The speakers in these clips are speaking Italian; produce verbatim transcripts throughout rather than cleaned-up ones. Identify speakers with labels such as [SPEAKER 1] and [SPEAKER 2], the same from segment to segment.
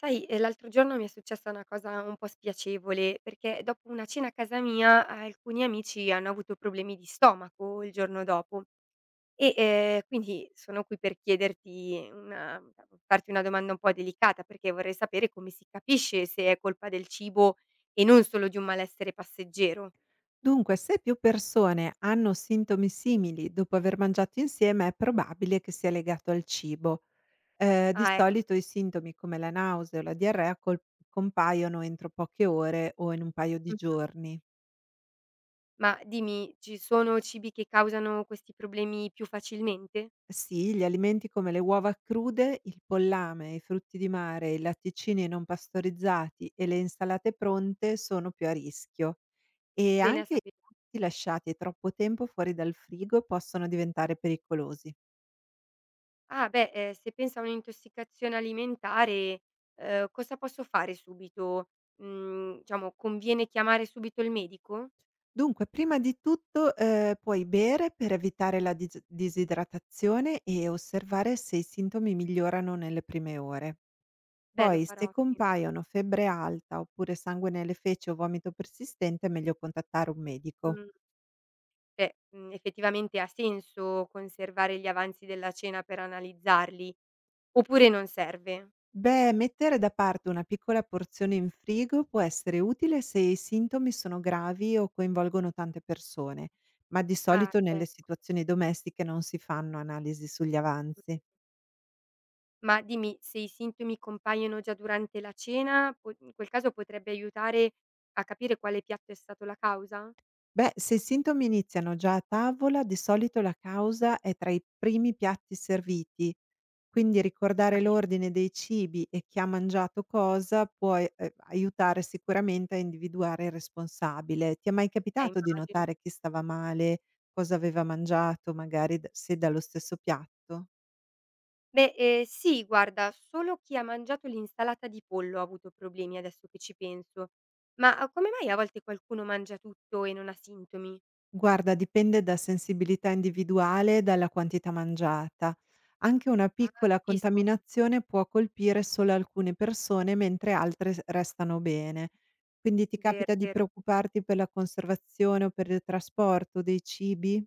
[SPEAKER 1] Sai, ehm, l'altro giorno mi è successa una cosa un po' spiacevole, perché dopo una cena a casa mia alcuni amici hanno avuto problemi di stomaco il giorno dopo e, ehm, quindi sono qui per chiederti una farti una domanda un po' delicata, perché vorrei sapere come si capisce se è colpa del cibo e non solo di un malessere passeggero.
[SPEAKER 2] Dunque, se più persone hanno sintomi simili dopo aver mangiato insieme, è probabile che sia legato al cibo. Ehm, di
[SPEAKER 1] Ah, ec
[SPEAKER 2] solito i sintomi come la nausea o la diarrea col compaiono entro poche ore o in un paio di
[SPEAKER 1] Mh-mh.
[SPEAKER 2] giorni.
[SPEAKER 1] Ma dimmi, ci sono cibi che causano questi problemi più facilmente?
[SPEAKER 2] Sì, gli alimenti come le uova crude, il pollame, i frutti di mare, i latticini non pastorizzati e le insalate pronte sono più a rischio, e
[SPEAKER 1] Bene a
[SPEAKER 2] anche i
[SPEAKER 1] sape
[SPEAKER 2] piatti lasciati troppo tempo fuori dal frigo possono diventare pericolosi.
[SPEAKER 1] Ah beh, ehm, se pensa a un'intossicazione alimentare, ehm, cosa posso fare subito? Mhmm, diciamo conviene chiamare subito il medico?
[SPEAKER 2] Dunque, prima di tutto, ehm, puoi bere per evitare la dis disidratazione e osservare se i sintomi migliorano nelle prime ore.
[SPEAKER 1] Beh, lo
[SPEAKER 2] Poi, se
[SPEAKER 1] farò, sì.
[SPEAKER 2] compaiono febbre alta oppure sangue nelle feci o vomito persistente, è meglio contattare un medico.
[SPEAKER 1] Mh. Beh, mhmm, effettivamente ha senso conservare gli avanzi della cena per analizzarli, oppure non serve?
[SPEAKER 2] Beh, mettere da parte una piccola porzione in frigo può essere utile se i sintomi sono gravi o coinvolgono tante persone, ma di
[SPEAKER 1] Ah,
[SPEAKER 2] solito
[SPEAKER 1] ecco.
[SPEAKER 2] nelle situazioni domestiche non si fanno analisi sugli avanzi.
[SPEAKER 1] Ma dimmi, se i sintomi compaiono già durante la cena, po in quel caso potrebbe aiutare a capire quale piatto è stato la causa?
[SPEAKER 2] Beh, se i sintomi iniziano già a tavola, di solito la causa è tra i primi piatti serviti, quindi ricordare
[SPEAKER 1] Capi
[SPEAKER 2] l'ordine dei cibi e chi ha mangiato cosa può eh, eh, aiutare sicuramente a individuare il responsabile. Ti è mai
[SPEAKER 1] Eh,
[SPEAKER 2] capitato di
[SPEAKER 1] immagino.
[SPEAKER 2] notare chi stava male, cosa aveva mangiato, magari d- se dallo stesso piatto?
[SPEAKER 1] Beh, ehm, sì, guarda, solo chi ha mangiato l'insalata di pollo ha avuto problemi, adesso che ci penso. Ma ah, come mai a volte qualcuno mangia tutto e non ha sintomi?
[SPEAKER 2] Guarda, dipende da sensibilità individuale e dalla quantità mangiata. Anche una
[SPEAKER 1] Ah,
[SPEAKER 2] piccola
[SPEAKER 1] capisco,
[SPEAKER 2] contaminazione può colpire solo alcune persone, mentre altre s- restano bene. Quindi ti
[SPEAKER 1] vero,
[SPEAKER 2] capita di
[SPEAKER 1] vero.
[SPEAKER 2] preoccuparti per la conservazione o per il trasporto dei cibi?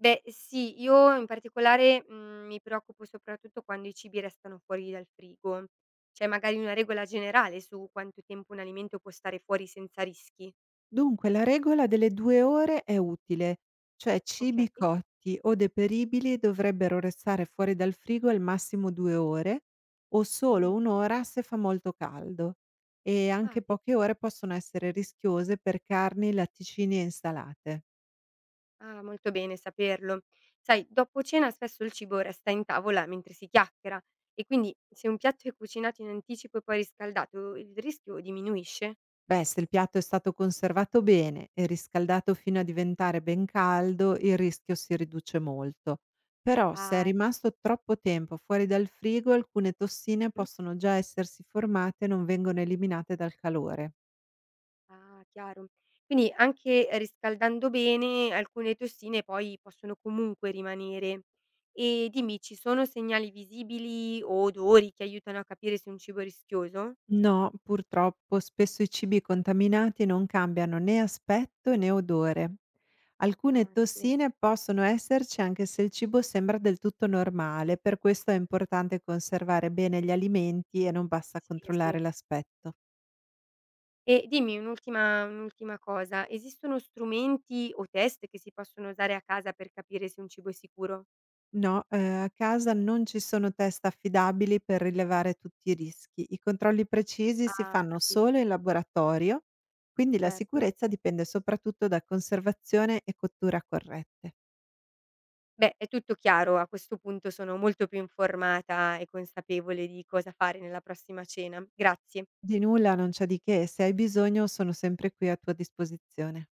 [SPEAKER 1] Beh sì, io in particolare, mhmm, mi preoccupo soprattutto quando i cibi restano fuori dal frigo. C'è magari una regola generale su quanto tempo un alimento può stare fuori senza rischi?
[SPEAKER 2] Dunque, la regola delle due ore è utile, cioè
[SPEAKER 1] Okay.
[SPEAKER 2] cibi cotti o deperibili dovrebbero restare fuori dal frigo al massimo due ore o solo
[SPEAKER 1] Mh.
[SPEAKER 2] un ora se fa molto caldo, e
[SPEAKER 1] Ah
[SPEAKER 2] anche
[SPEAKER 1] addi
[SPEAKER 2] poche ore possono essere rischiose per carni, latticini e insalate.
[SPEAKER 1] Ah, molto bene saperlo. Sai, dopo cena spesso il cibo resta in tavola mentre si chiacchiera e quindi se un piatto è cucinato in anticipo e poi riscaldato, il rischio diminuisce.
[SPEAKER 2] Beh, se il piatto è stato conservato bene e riscaldato fino a diventare ben caldo, il rischio si riduce molto. Però se è
[SPEAKER 1] Ah, ecco.
[SPEAKER 2] rimasto troppo tempo fuori dal frigo, alcune tossine
[SPEAKER 1] Mm,
[SPEAKER 2] possono già essersi formate e non vengono eliminate dal calore.
[SPEAKER 1] ah, chiaro. Quindi anche riscaldando bene, alcune tossine poi possono comunque rimanere. E dimmi, ci sono segnali visibili o odori che aiutano a capire se un cibo è rischioso?
[SPEAKER 2] No, purtroppo spesso i cibi contaminati non cambiano né aspetto né odore. Alcune
[SPEAKER 1] Ah, sì,
[SPEAKER 2] tossine possono esserci anche se il cibo sembra del tutto normale, per questo è importante conservare bene gli alimenti e non basta
[SPEAKER 1] sì, sì.
[SPEAKER 2] controllare l'aspetto.
[SPEAKER 1] E dimmi un'ultima un'ultima cosa, esistono strumenti o test che si possono usare a casa per capire se un cibo è sicuro?
[SPEAKER 2] No, eh, a casa non ci sono test affidabili per rilevare tutti i rischi. I controlli precisi si
[SPEAKER 1] Ah,
[SPEAKER 2] fanno
[SPEAKER 1] capito,
[SPEAKER 2] solo in laboratorio, quindi la
[SPEAKER 1] certo.
[SPEAKER 2] sicurezza dipende soprattutto da conservazione e cottura corrette.
[SPEAKER 1] Beh, è tutto chiaro, a questo punto sono molto più informata e consapevole di cosa fare nella prossima cena. Grazie.
[SPEAKER 2] Di nulla, non c'è di che, se hai bisogno sono sempre qui a tua disposizione.